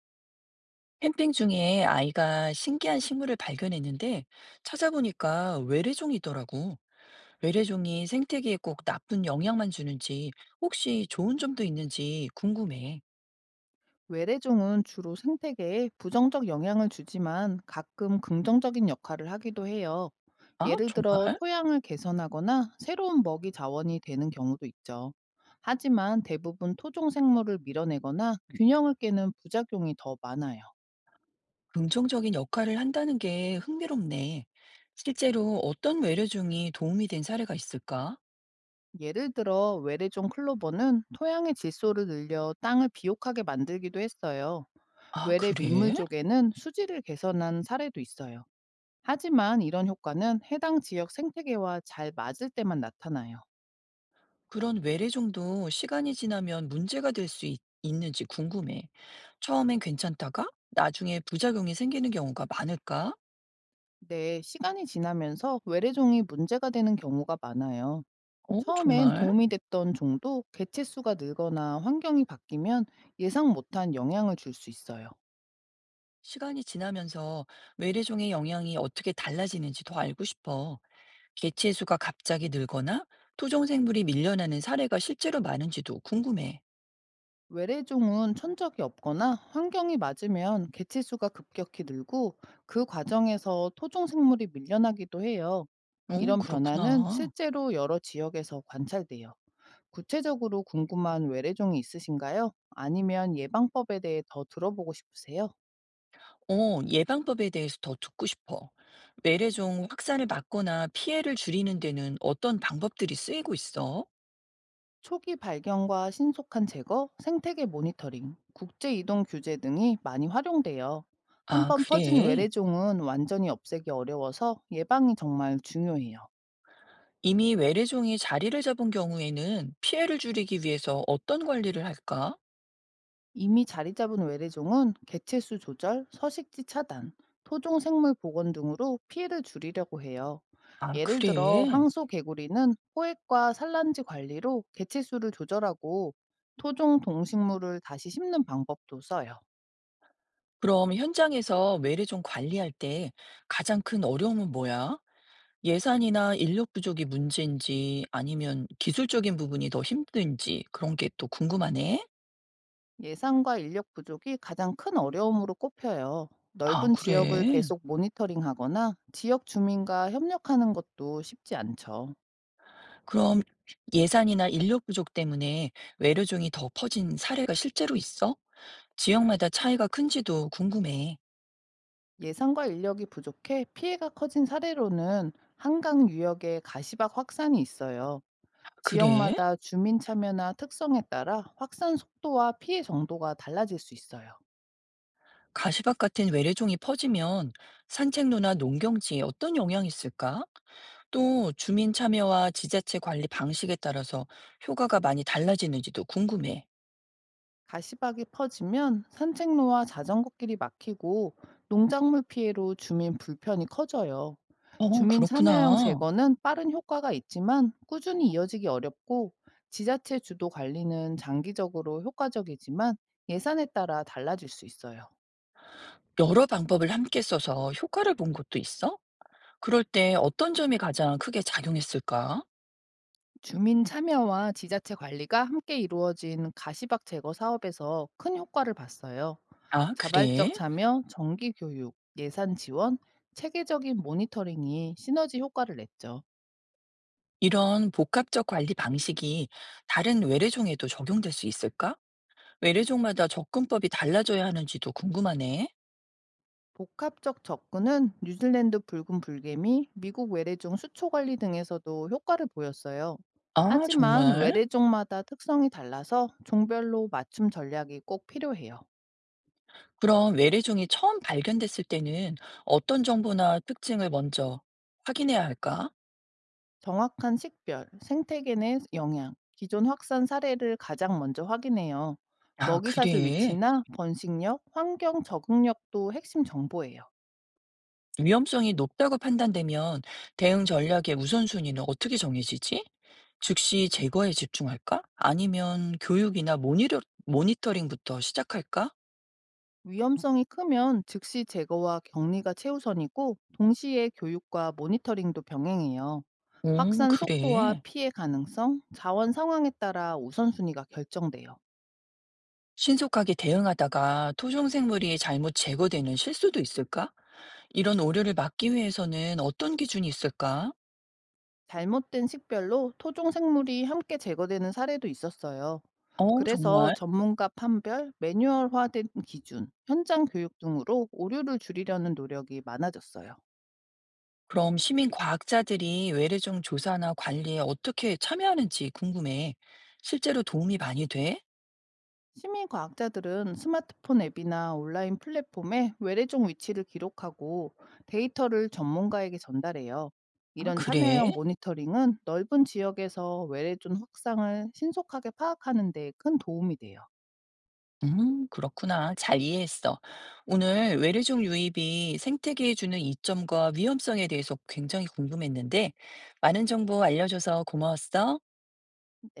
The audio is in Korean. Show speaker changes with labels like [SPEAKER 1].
[SPEAKER 1] 캠핑 중에 아이가 신기한 식물을 발견했는데 찾아보니까 외래종이더라고. 외래종이 생태계에 꼭 나쁜 영향만 주는지 혹시 좋은 점도 있는지 궁금해.
[SPEAKER 2] 외래종은 주로 생태계에 부정적 영향을 주지만 가끔 긍정적인 역할을 하기도 해요.
[SPEAKER 1] 아,
[SPEAKER 2] 예를 들어
[SPEAKER 1] 정말?
[SPEAKER 2] 토양을 개선하거나 새로운 먹이 자원이 되는 경우도 있죠. 하지만 대부분 토종 생물을 밀어내거나 균형을 깨는 부작용이 더 많아요.
[SPEAKER 1] 긍정적인 역할을 한다는 게 흥미롭네. 실제로 어떤 외래종이 도움이 된 사례가 있을까?
[SPEAKER 2] 예를 들어 외래종 클로버는 토양의 질소를 늘려 땅을 비옥하게 만들기도 했어요.
[SPEAKER 1] 아,
[SPEAKER 2] 외래
[SPEAKER 1] 그래?
[SPEAKER 2] 민물족에는 수질을 개선한 사례도 있어요. 하지만 이런 효과는 해당 지역 생태계와 잘 맞을 때만 나타나요.
[SPEAKER 1] 그런 외래종도 시간이 지나면 문제가 될 수 있는지 궁금해. 처음엔 괜찮다가 나중에 부작용이 생기는 경우가 많을까?
[SPEAKER 2] 네, 시간이 지나면서 외래종이 문제가 되는 경우가 많아요.
[SPEAKER 1] 어,
[SPEAKER 2] 처음엔
[SPEAKER 1] 정말?
[SPEAKER 2] 도움이 됐던 종도 개체수가 늘거나 환경이 바뀌면 예상 못한 영향을 줄 수 있어요.
[SPEAKER 1] 시간이 지나면서 외래종의 영향이 어떻게 달라지는지 더 알고 싶어. 개체 수가 갑자기 늘거나 토종 생물이 밀려나는 사례가 실제로 많은지도 궁금해.
[SPEAKER 2] 외래종은 천적이 없거나 환경이 맞으면 개체수가 급격히 늘고 그 과정에서 토종 생물이 밀려나기도 해요.
[SPEAKER 1] 어,
[SPEAKER 2] 이런 변화는
[SPEAKER 1] 그렇구나.
[SPEAKER 2] 실제로 여러 지역에서 관찰돼요. 구체적으로 궁금한 외래종이 있으신가요? 아니면 예방법에 대해 더 들어보고 싶으세요?
[SPEAKER 1] 어, 예방법에 대해서 더 듣고 싶어. 외래종 확산을 막거나 피해를 줄이는 데는 어떤 방법들이 쓰이고 있어?
[SPEAKER 2] 초기 발견과 신속한 제거, 생태계 모니터링, 국제 이동 규제 등이 많이 활용돼요. 한
[SPEAKER 1] 아,
[SPEAKER 2] 번 퍼진
[SPEAKER 1] 그래.
[SPEAKER 2] 외래종은 완전히 없애기 어려워서 예방이 정말 중요해요.
[SPEAKER 1] 이미 외래종이 자리를 잡은 경우에는 피해를 줄이기 위해서 어떤 관리를 할까?
[SPEAKER 2] 이미 자리 잡은 외래종은 개체수 조절, 서식지 차단, 토종 생물 복원 등으로 피해를 줄이려고 해요.
[SPEAKER 1] 아,
[SPEAKER 2] 예를 들어
[SPEAKER 1] 그래.
[SPEAKER 2] 황소 개구리는 포획과 산란지 관리로 개체수를 조절하고 토종 동식물을 다시 심는 방법도 써요.
[SPEAKER 1] 그럼 현장에서 외래 종 관리할 때 가장 큰 어려움은 뭐야? 예산이나 인력 부족이 문제인지 아니면 기술적인 부분이 더 힘든지 그런 게 또 궁금하네.
[SPEAKER 2] 예산과 인력 부족이 가장 큰 어려움으로 꼽혀요.
[SPEAKER 1] 아,
[SPEAKER 2] 넓은 지역을
[SPEAKER 1] 그래.
[SPEAKER 2] 계속 모니터링하거나 지역 주민과 협력하는 것도 쉽지 않죠.
[SPEAKER 1] 그럼 예산이나 인력 부족 때문에 외래종이 더 퍼진 사례가 실제로 있어? 지역마다 차이가 큰지도 궁금해.
[SPEAKER 2] 예산과 인력이 부족해 피해가 커진 사례로는 한강 유역의 가시박 확산이 있어요.
[SPEAKER 1] 그래?
[SPEAKER 2] 지역마다 주민 참여나 특성에 따라 확산 속도와 피해 정도가 달라질 수 있어요.
[SPEAKER 1] 가시밭 같은 외래종이 퍼지면 산책로나 농경지에 어떤 영향이 있을까? 또 주민 참여와 지자체 관리 방식에 따라서 효과가 많이 달라지는지도 궁금해.
[SPEAKER 2] 가시박이 퍼지면 산책로와 자전거길이 막히고 농작물 피해로 주민 불편이 커져요.
[SPEAKER 1] 어,
[SPEAKER 2] 주민 참여형
[SPEAKER 1] 그렇구나.
[SPEAKER 2] 제거는 빠른 효과가 있지만 꾸준히 이어지기 어렵고 지자체 주도 관리는 장기적으로 효과적이지만 예산에 따라 달라질 수 있어요.
[SPEAKER 1] 여러 방법을 함께 써서 효과를 본 것도 있어? 그럴 때 어떤 점이 가장 크게 작용했을까?
[SPEAKER 2] 주민 참여와 지자체 관리가 함께 이루어진 가시박 제거 사업에서 큰 효과를 봤어요.
[SPEAKER 1] 아,
[SPEAKER 2] 자발적
[SPEAKER 1] 그래?
[SPEAKER 2] 참여, 정기 교육, 예산 지원, 체계적인 모니터링이 시너지 효과를 냈죠.
[SPEAKER 1] 이런 복합적 관리 방식이 다른 외래종에도 적용될 수 있을까? 외래종마다 접근법이 달라져야 하는지도 궁금하네.
[SPEAKER 2] 복합적 접근은 뉴질랜드 붉은 불개미, 미국 외래종 수초 관리 등에서도 효과를 보였어요.
[SPEAKER 1] 아,
[SPEAKER 2] 하지만
[SPEAKER 1] 정말?
[SPEAKER 2] 외래종마다 특성이 달라서 종별로 맞춤 전략이 꼭 필요해요.
[SPEAKER 1] 그럼 외래종이 처음 발견됐을 때는 어떤 정보나 특징을 먼저 확인해야 할까?
[SPEAKER 2] 정확한 식별, 생태계 내 영향, 기존 확산 사례를 가장 먼저 확인해요.
[SPEAKER 1] 아,
[SPEAKER 2] 먹이사슬
[SPEAKER 1] 그래.
[SPEAKER 2] 위치나 번식력, 환경 적응력도 핵심 정보예요.
[SPEAKER 1] 위험성이 높다고 판단되면 대응 전략의 우선순위는 어떻게 정해지지? 즉시 제거에 집중할까? 아니면 교육이나 모니터링부터 시작할까?
[SPEAKER 2] 위험성이 크면 즉시 제거와 격리가 최우선이고 동시에 교육과 모니터링도 병행해요.
[SPEAKER 1] 오,
[SPEAKER 2] 확산 속도와
[SPEAKER 1] 그래.
[SPEAKER 2] 피해 가능성, 자원 상황에 따라 우선순위가 결정돼요.
[SPEAKER 1] 신속하게 대응하다가 토종생물이 잘못 제거되는 실수도 있을까? 이런 오류를 막기 위해서는 어떤 기준이 있을까?
[SPEAKER 2] 잘못된 식별로 토종 생물이 함께 제거되는 사례도 있었어요.
[SPEAKER 1] 어,
[SPEAKER 2] 그래서
[SPEAKER 1] 정말.
[SPEAKER 2] 전문가 판별, 매뉴얼화된 기준, 현장 교육 등으로 오류를 줄이려는 노력이 많아졌어요.
[SPEAKER 1] 그럼 시민 과학자들이 외래종 조사나 관리에 어떻게 참여하는지 궁금해. 실제로 도움이 많이 돼?
[SPEAKER 2] 시민 과학자들은 스마트폰 앱이나 온라인 플랫폼에 외래종 위치를 기록하고 데이터를 전문가에게 전달해요.
[SPEAKER 1] 아,
[SPEAKER 2] 이런
[SPEAKER 1] 그래?
[SPEAKER 2] 참여형 모니터링은 넓은 지역에서 외래종 확산을 신속하게 파악하는 데 큰 도움이 돼요.
[SPEAKER 1] 그렇구나. 잘 이해했어. 오늘 외래종 유입이 생태계에 주는 이점과 위험성에 대해서 굉장히 궁금했는데, 많은 정보 알려줘서 고마웠어.